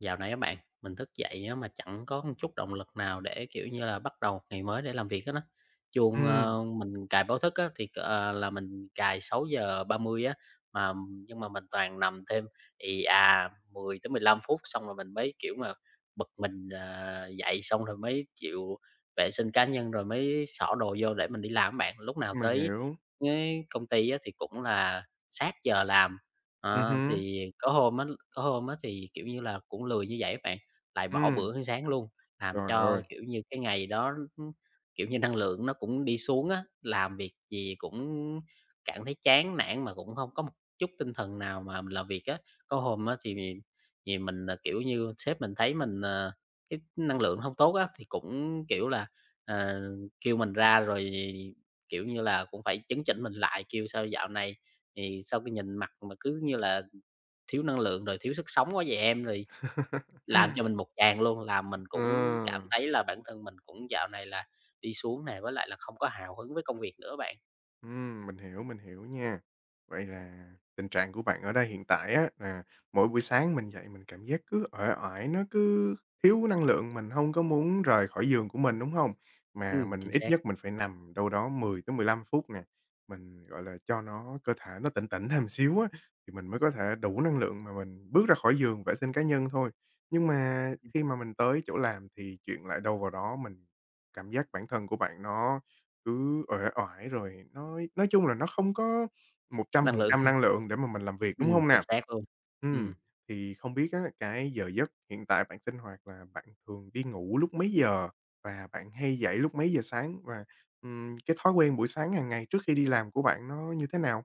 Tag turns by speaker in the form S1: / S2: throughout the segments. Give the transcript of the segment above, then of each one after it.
S1: Dạo này các bạn, mình thức dậy á mà chẳng có một chút động lực nào để, kiểu như là, bắt đầu ngày mới để làm việc hết á. Chuông,
S2: Ừm,
S1: ơ, mình cài báo thức á thì là mình cài 6:30 á, mà nhưng mà mình toàn nằm thêm ì à 10 tới 15 phút xong rồi mình mới, kiểu mà, bật mình dậy xong rồi mới chịu vệ sinh cá nhân rồi mới xỏ đồ vô để mình đi làm á bạn. Lúc nào
S2: mình
S1: tới
S2: hiểu.
S1: cái công ty á thì cũng là sát giờ làm. Ờ,
S2: Hứm,
S1: thì có hôm á thì, kiểu như là, cũng lười như vậy á bạn, lại bỏ
S2: ừm,
S1: bữa ăn sáng luôn, làm
S2: trời ơi!
S1: cho, kiểu như, cái ngày đó, kiểu như, năng lượng nó cũng đi xuống á, làm việc gì cũng cảm thấy chán nản mà cũng hông có một chút tinh thần nào mà mình làm việc á. Có hôm á thì vì vì mình, kiểu như, sếp mình thấy mình, cái năng lượng hông tốt á, thì cũng, kiểu là, ờ, kêu mình ra rồi. Kiểu như là, cũng phải chấn chỉnh mình lại, kêu sao dạo này thì sao cái nhìn mặt mà cứ như là thiếu năng lượng rồi thiếu sức sống quá vậy em? Rồi làm cho mình một tràng luôn, làm mình
S2: Ờ.
S1: cũng cảm thấy là bản thân mình cũng dạo này là đi xuống này với lại là không có hào hứng với công việc nữa bạn.
S2: Mình hiểu nha. Vậy là tình trạng của bạn ở đây hiện tại á, là mỗi buổi sáng mình dậy mình cảm giác cứ uể oải, nó cứ thiếu năng lượng, mình hông có muốn rời khỏi giường của mình, đúng hông? Mà
S1: Ừ,
S2: mình
S1: chính
S2: ít
S1: xác,
S2: nhất mình phải nằm đâu đó 10-15 phút nè, mình, gọi là, cho nó cơ thể nó tỉnh tỉnh thêm xíu á, thì mình mới có thể đủ năng lượng mà mình bước ra khỏi giường vệ sinh cá nhân thôi. Nhưng mà khi mà mình tới chỗ làm thì chuyện lại đâu vào đó, mình cảm giác bản thân của bạn nó cứ uể oải rồi nói chung là nó không có một trăm
S1: năng
S2: phần
S1: lượng.
S2: trăm năng lượng để mà mình làm việc, đúng
S1: Ừ,
S2: hông
S1: chính
S2: nè?
S1: xác luôn. Ừ.
S2: Ừm, thì không biết á, cái giờ giấc hiện tại bạn sinh hoạt là bạn thường đi ngủ lúc mấy giờ? Và bạn hay dậy lúc mấy giờ sáng? Và, cái thói quen buổi sáng hàng ngày trước khi đi làm của bạn nó như thế nào?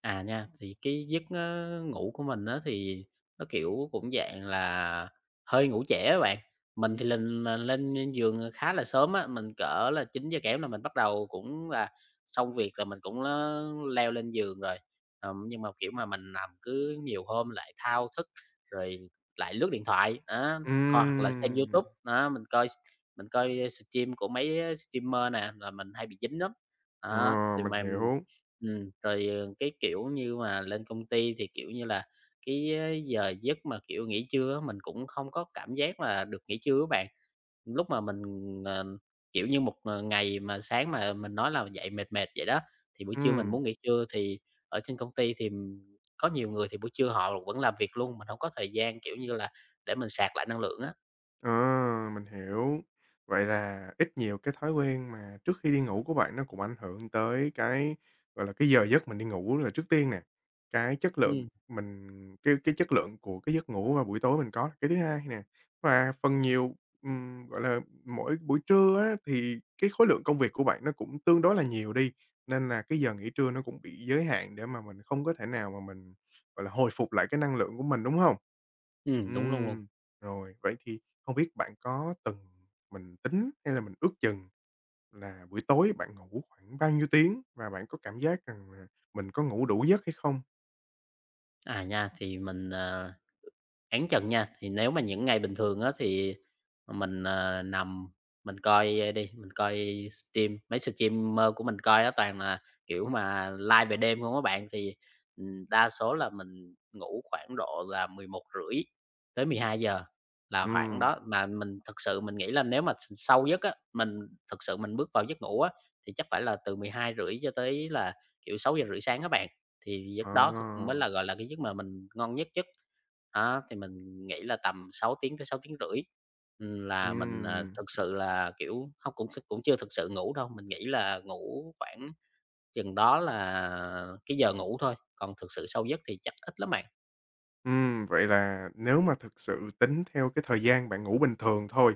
S1: À nha, thì cái giấc ngủ của mình á thì nó, kiểu, cũng dạng là hơi ngủ trễ á bạn. Mình thì lên lên giường, khá là sớm á, mình cỡ là 9 giờ kém là mình bắt đầu cũng là xong việc là mình cũng leo lên giường rồi. Nhưng mà, kiểu, mà mình nằm cứ nhiều hôm lại thao thức, rồi lại lướt điện thoại, đó, coi hoặc là xem
S2: Ừm,
S1: YouTube, đó, mình coi stream của mấy streamer nè, là mình hay bị dính lắm.
S2: ờ,
S1: Đó, thì
S2: mình
S1: mà
S2: hiểu,
S1: rồi, cái kiểu như mà lên công ty thì, kiểu như là, cái giờ giấc mà, kiểu, nghỉ trưa á, mình cũng không có cảm giác là được nghỉ trưa các bạn. Lúc mà mình, ờ, kiểu như, một ngày mà sáng mà mình nói là dậy mệt mệt vậy đó, thì buổi trưa mình
S2: ừm.
S1: muốn nghỉ trưa thì ở trên công ty thì có nhiều người thì buổi trưa họ vẫn làm việc luôn, mình không có thời gian, kiểu như là, để mình sạc lại năng lượng á.
S2: À, mình hiểu. Vậy là ít nhiều cái thói quen mà trước khi đi ngủ của bạn nó cũng ảnh hưởng tới cái, gọi là, cái giờ giấc mình đi ngủ là trước tiên nè, cái chất
S1: Ừm.
S2: lượng mình cái chất lượng của cái giấc ngủ vào buổi tối mình có là cái thứ hai nè. Và phần nhiều, gọi là, mỗi buổi trưa á thì cái khối lượng công việc của bạn nó cũng tương đối là nhiều đi, nên là cái giờ nghỉ trưa nó cũng bị giới hạn để mà mình không có thể nào mà mình, gọi là, hồi phục lại cái năng lượng của mình, đúng không?
S1: Đúng luôn luôn.
S2: Ừm, rồi, vậy thì không biết bạn có từng mình tính hay là mình ước chừng là buổi tối bạn ngủ khoảng bao nhiêu tiếng và bạn có cảm giác rằng là mình có ngủ đủ giấc hay không?
S1: À, nha, thì mình, ờ Án trần nha, thì nếu mà những ngày bình thường á thì mình nằm mình coi stream mấy streamer của mình coi á toàn là, kiểu, mà live về đêm không các bạn, thì, đa số là mình ngủ khoảng độ là 11:30 tới 12 giờ là khoảng
S2: Ừm,
S1: đó. Mà mình thực sự mình nghĩ là nếu mà sâu giấc á, mình thực sự mình bước vào giấc ngủ á, thì chắc phải là từ 12:30 cho tới là, kiểu, 6:30 sáng các bạn, thì giấc đó thực mới
S2: à,
S1: là, gọi là, cái giấc mà mình ngon nhất giấc. Đó, thì mình nghĩ là tầm 6 tiếng tới sáu tiếng, là mình, à,
S2: ừm,
S1: thực sự là, kiểu, hông, cũng cũng chưa thực sự ngủ đâu, mình nghĩ là ngủ khoảng chừng đó là cái giờ ngủ thôi, còn thực sự sâu giấc thì chắc ít lắm bạn.
S2: vậy là nếu mà thực sự tính theo cái thời gian bạn ngủ bình thường thôi,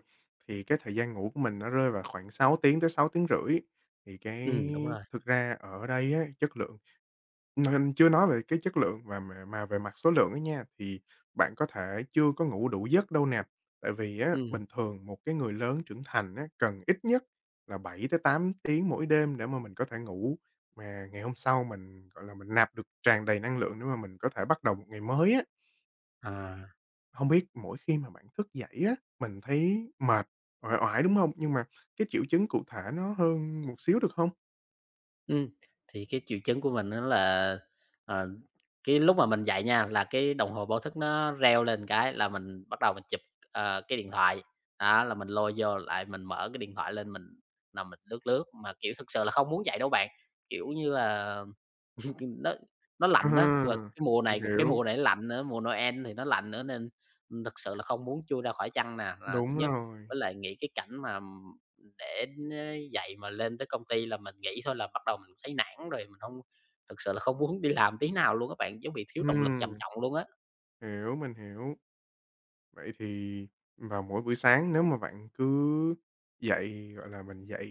S2: thì cái thời gian ngủ của mình nó rơi vào khoảng 6 tiếng tới 6 tiếng rưỡi, thì cái
S1: Đúng rồi,
S2: thực ra ở đây á, chất lượng Nên chưa nói về cái chất lượng và mà về mặt số lượng ấy nha, thì bạn có thể chưa có ngủ đủ giấc đâu nè. Tại vì á,
S1: ừm,
S2: bình thường một cái người lớn trưởng thành á, cần ít nhất là 7 tới 8 tiếng mỗi đêm để mà mình có thể ngủ, mà ngày hôm sau mình, gọi là, mình nạp được tràn đầy năng lượng để mà mình có thể bắt đầu một ngày mới á.
S1: à.
S2: Không biết mỗi khi mà bạn thức dậy á, mình thấy mệt, uể oải, đúng không? Nhưng mà cái triệu chứng cụ thể nó hơn một xíu được không?
S1: Ừm, thì cái triệu chứng của mình đó là, ờ, cái lúc mà mình dậy nha, là cái đồng hồ báo thức nó reo lên cái là mình bắt đầu mình chụp, cái điện thoại. Đó, là mình lôi vô lại mình mở cái điện thoại lên mình nằm mình lướt lướt, mà, kiểu, thực sự là không muốn dậy đâu bạn. Kiểu như là. Nó nó lạnh đó và
S2: À,
S1: cái mùa này
S2: mình
S1: c cái
S2: hiểu,
S1: mùa này lạnh nữa, mùa Noel thì nó lạnh nữa nên, thực sự là không muốn chui ra khỏi chăn nè, là thứ
S2: đúng
S1: nhất.
S2: rồi.
S1: Với lại nghĩ cái cảnh mà, để dậy mà lên tới công ty là mình nghĩ thôi là bắt đầu mình thấy nản rồi, mình không thực sự là không muốn đi làm tí nào luôn các bạn, giống bị thiếu động lực trầm
S2: Ừm.
S1: trọng luôn á.
S2: Hiểu, mình hiểu. Vậy thì vào mỗi buổi sáng nếu mà bạn cứ dậy, gọi là, mình dậy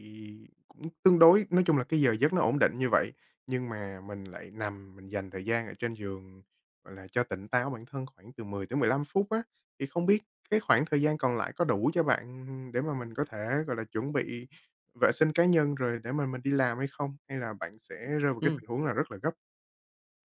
S2: cũng tương đối nói chung là cái giờ giấc nó ổn định như vậy, nhưng mà mình lại nằm mình dành thời gian ở trên giường, gọi là, cho tỉnh táo bản thân khoảng từ 10 tới 15 phút á, thì không biết cái khoảng thời gian còn lại có đủ cho bạn để mà mình có thể, gọi là, chuẩn bị vệ sinh cá nhân rồi để mà mình đi làm hay không? Hay là bạn sẽ rơi vào cái
S1: Ừm.
S2: tình huống là rất là gấp?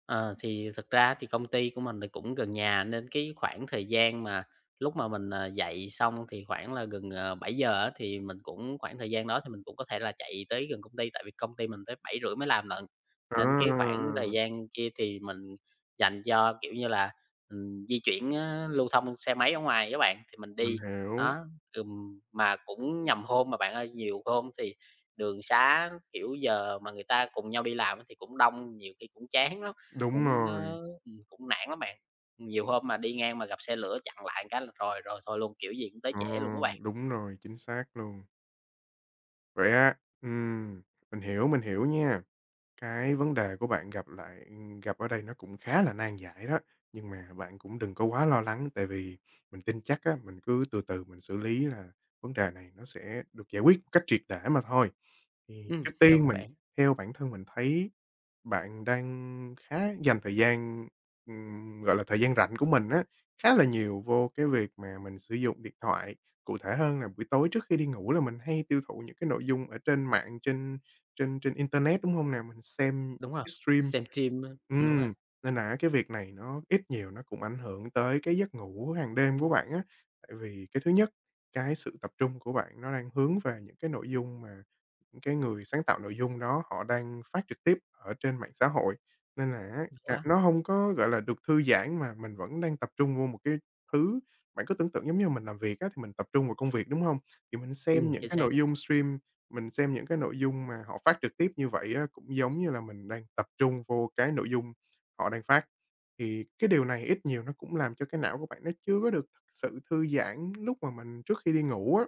S1: Ờ, thì thực ra thì công ty của mình thì cũng gần nhà nên cái khoảng thời gian mà lúc mà mình dạy xong thì khoảng là gần bảy giờ á, thì mình cũng khoảng thời gian đó thì mình cũng có thể là chạy tới gần công ty, tại vì công ty mình tới 7:30 mới làm lận.
S2: À,
S1: Nên cái khoảng thời gian kia thì mình dành cho, kiểu như là, di chuyển á, lưu thông xe máy ở ngoài á bạn, thì mình
S2: mình
S1: đi,
S2: hiểu,
S1: đó, mà cũng nhầm hôm mà bạn ơi, nhiều hôm thì đường xá, kiểu, giờ mà người ta cùng nhau đi làm á thì cũng đông, nhiều khi cũng chán lắm.
S2: đúng
S1: Cũng,
S2: rồi.
S1: ơ, ừm, cũng nản lắm bạn, nhiều hôm mà đi ngang mà gặp xe lửa chặn lại cái là rồi rồi thôi luôn, kiểu gì cũng tới
S2: Ờ,
S1: trễ luôn các bạn.
S2: đúng rồi, chính xác luôn. Vậy á ừm, mình hiểu nha. Cái vấn đề của bạn gặp ở đây nó cũng khá là nan giải đó, nhưng mà bạn cũng đừng có quá lo lắng, tại vì mình tin chắc á, mình cứ từ từ mình xử lý là vấn đề này nó sẽ được giải quyết một cách triệt để mà thôi. Thì trước
S1: Cảm
S2: tiên
S1: ơn
S2: mình
S1: bạn.
S2: theo bản thân mình thấy bạn đang khá dành thời gian, gọi là, thời gian rảnh của mình á, khá là nhiều vô cái việc mà mình sử dụng điện thoại. Cụ thể hơn là buổi tối trước khi đi ngủ là mình hay tiêu thụ những cái nội dung ở trên mạng, trên trên trên internet, đúng hông nè? Mình xem
S1: Đúng rồi,
S2: cái stream.
S1: xem phim á, đúng rồi,
S2: Ừm, nên là á cái việc này nó ít nhiều nó cũng ảnh hưởng tới cái giấc ngủ hàng đêm của bạn á. Tại vì cái thứ nhất, cái sự tập trung của bạn nó đang hướng về những cái nội dung mà những cái người sáng tạo nội dung đó họ đang phát trực tiếp ở trên mạng xã hội, nên là á,
S1: đúng
S2: cả
S1: quá,
S2: nó hông có, gọi là, được thư giãn mà mình vẫn đang tập trung vô một cái thứ. Bạn cứ tưởng tượng giống như mình làm việc á, thì mình tập trung vào công việc, đúng hông? Thì mình xem những
S1: chính
S2: cái
S1: xác,
S2: nội dung stream, mình xem những cái nội dung mà họ phát trực tiếp như vậy á, cũng giống như là mình đang tập trung vô cái nội dung họ đang phát. Thì cái điều này ít nhiều nó cũng làm cho cái não của bạn nó chưa có được thực sự thư giãn lúc mà mình trước khi đi ngủ á.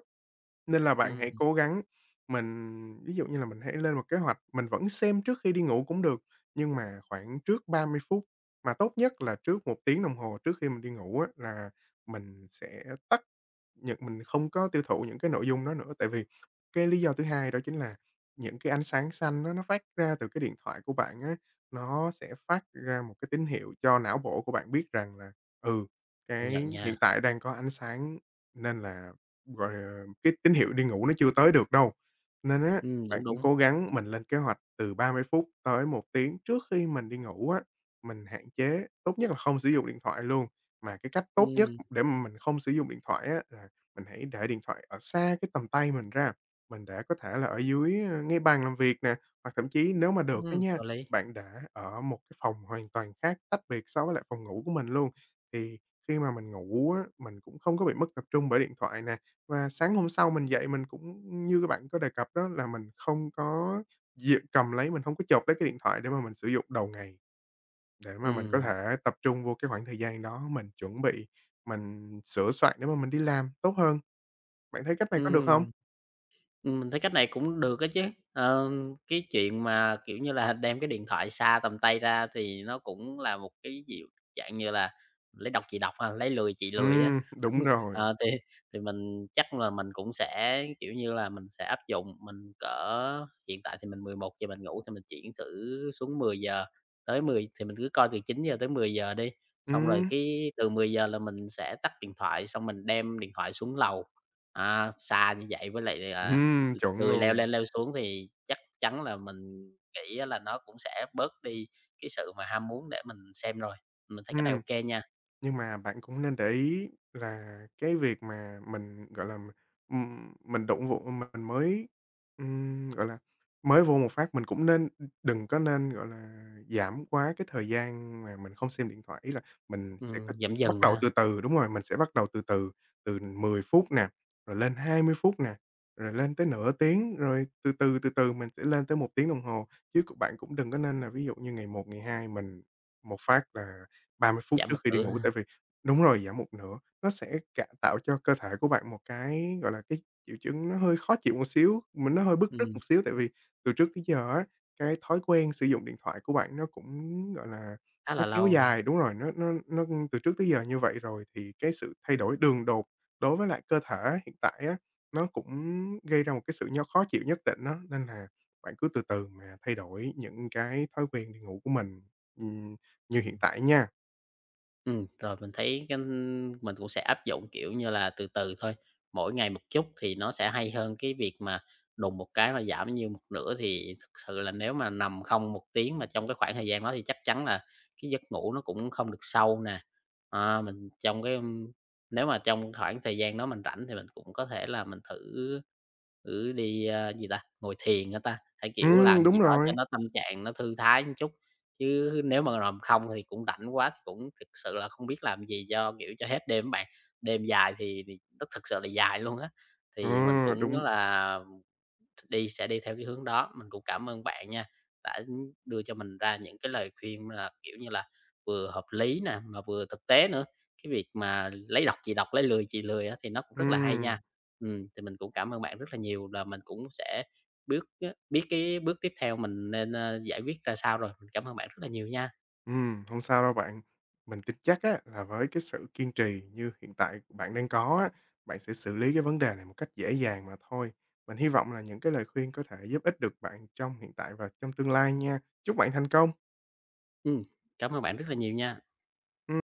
S2: Nên là bạn
S1: ừm,
S2: hãy cố gắng mình ví dụ như là mình hãy lên một kế hoạch, mình vẫn xem trước khi đi ngủ cũng được, nhưng mà khoảng trước 30 phút, mà tốt nhất là trước một tiếng đồng hồ trước khi mình đi ngủ á là mình sẽ tắt Nhật mình không có tiêu thụ những cái nội dung đó nữa, tại vì cái lý do thứ hai đó chính là những cái ánh sáng xanh nó phát ra từ cái điện thoại của bạn á, nó sẽ phát ra một cái tín hiệu cho não bộ của bạn biết rằng là, ừ,
S1: công
S2: cái
S1: nhận nha.
S2: hiện tại đang có ánh sáng nên là, gọi là, cái tín hiệu đi ngủ nó chưa tới được đâu. Nên á, bạn
S1: Đúng,
S2: cũng
S1: đúng,
S2: cố gắng mình lên kế hoạch từ 30 phút tới một tiếng trước khi mình đi ngủ á, mình hạn chế, tốt nhất là không sử dụng điện thoại luôn. Mà cái cách tốt nhất
S1: ừm,
S2: để mà mình không sử dụng điện thoại á là mình hãy để điện thoại ở xa cái tầm tay mình ra, mình để có thể là ở dưới, ngay bàn làm việc nè, hoặc thậm chí nếu mà được á nha,
S1: có lý,
S2: bạn để ở một cái phòng hoàn toàn khác, tách biệt so với lại phòng ngủ của mình luôn. Thì khi mà mình ngủ á, mình cũng không có bị mất tập trung bởi điện thoại nè, và sáng hôm sau mình dậy mình cũng như các bạn có đề cập đó là mình không có d cầm lấy, mình không có chộp lấy cái điện thoại để mà mình sử dụng đầu ngày, để mà mình có
S1: ừm,
S2: thể tập trung vô cái khoảng thời gian đó mình chuẩn bị, mình sửa soạn để mà mình đi làm tốt hơn. Bạn thấy cách này có được
S1: ừm.
S2: không?
S1: Mình thấy cách này cũng được á chứ. Ờ, cái chuyện mà, kiểu như là, đem cái điện thoại xa tầm tay ra thì nó cũng là một cái dịu dạng như là lấy đọc chị đọc, ha, lấy lười chị lười á.
S2: Đúng rồi.
S1: Ờ, thì mình chắc là mình cũng sẽ, kiểu như là, mình sẽ áp dụng, mình cỡ hiện tại thì mình 11 giờ mình ngủ thì mình chuyển thử xuống 10 giờ tới 10 thì mình cứ coi từ 9 giờ tới 10 giờ đi, xong rồi
S2: Ừm,
S1: cái từ 10 giờ là mình sẽ tắt điện thoại, xong mình đem điện thoại xuống lầu. À, xa như vậy với lại, à, L
S2: chuẩn
S1: lười leo
S2: luôn.
S1: lên leo xuống thì chắc chắn là mình nghĩ á là nó cũng sẽ bớt đi cái sự mà ham muốn để mình xem rồi. Mình thấy cái này
S2: Ừm.
S1: ok nha,
S2: Nhưng mà bạn cũng nên để ý là cái việc mà mình, gọi là, mình đụng vụ mình mới, gọi là, mới vô một phát mình cũng nên đừng có nên, gọi là, giảm quá cái thời gian mà mình không xem điện thoại. Ý là mình sẽ
S1: giảm
S2: bắt
S1: dần
S2: đầu
S1: ha,
S2: từ từ đúng rồi, mình sẽ bắt đầu từ từ, từ 10 phút nè, rồi lên 20 phút nè, rồi lên tới nửa tiếng, rồi từ từ, từ từ mình sẽ lên tới một tiếng đồng hồ. Chứ bạn cũng đừng có nên là ví dụ như ngày một ngày 2 mình một phát là 30 phút
S1: giảm
S2: trước
S1: một
S2: khi đi
S1: nửa,
S2: ngủ, tại vì đúng rồi, giảm một nửa, nó sẽ cả tạo cho cơ thể của bạn một cái, gọi là, cái triệu chứng nó hơi khó chịu một xíu, mình nó hơi bứt rứt
S1: ừm,
S2: một xíu, tại vì từ trước tới giờ á, cái thói quen sử dụng điện thoại của bạn nó cũng, gọi là,
S1: khá
S2: nó
S1: là
S2: kéo
S1: lâu ha,
S2: dài đúng rồi, nó từ trước tới giờ như vậy rồi, thì cái sự thay đổi đường đột đối với lại cơ thể hiện tại á, nó cũng gây ra một cái sự nho khó chịu nhất định đó. Nên là bạn cứ từ từ mà thay đổi những cái thói quen đi ngủ của mình, ừm, như
S1: ừm.
S2: hiện tại nha.
S1: Rồi mình thấy cái mình cũng sẽ áp dụng, kiểu như là, từ từ thôi, mỗi ngày một chút thì nó sẽ hay hơn cái việc mà đùng một cái mà giảm như một nửa. Thì thực sự là nếu mà nằm không một tiếng mà trong cái khoảng thời gian đó thì chắc chắn là cái giấc ngủ nó cũng không được sâu nè. À, mình trong cái, nếu mà trong khoảng thời gian đó mình rảnh thì mình cũng có thể là mình thử thử đi, a, gì ta, ngồi thiền hả ta? Hay, kiểu, làm gì
S2: Đúng
S1: đó cho
S2: rồi.
S1: nó tâm trạng nó thư thái một chút. Chứ nếu mà làm không thì cũng rảnh quá thì cũng thực sự là không biết làm gì cho, kiểu, cho hết đêm á bạn. Đêm dài thì nó thực sự là dài luôn á,
S2: Ờ,
S1: thì mình cũng á
S2: đúng.
S1: là đi sẽ đi theo cái hướng đó. Mình cũng cảm ơn bạn nha, đã đưa cho mình ra những cái lời khuyên là, kiểu như là, vừa hợp lý nè, mà vừa thực tế nữa. Cái việc mà lấy đọc chị đọc lấy lười chị lười á thì nó cũng rất là hay nha.
S2: Ừm,
S1: Thì mình cũng cảm ơn bạn rất là nhiều là mình cũng sẽ biết biết cái bước tiếp theo mình nên giải quyết ra sao rồi. Mình cảm ơn bạn rất là nhiều nha.
S2: hông sao đâu bạn. Mình tin chắc á là với cái sự kiên trì như hiện tại bạn đang có á, bạn sẽ xử lý cái vấn đề này một cách dễ dàng mà thôi. Mình hy vọng là những cái lời khuyên có thể giúp ích được bạn trong hiện tại và trong tương lai nha. Chúc bạn thành công!
S1: Ừm, cảm ơn bạn rất là nhiều nha.
S2: Ừm.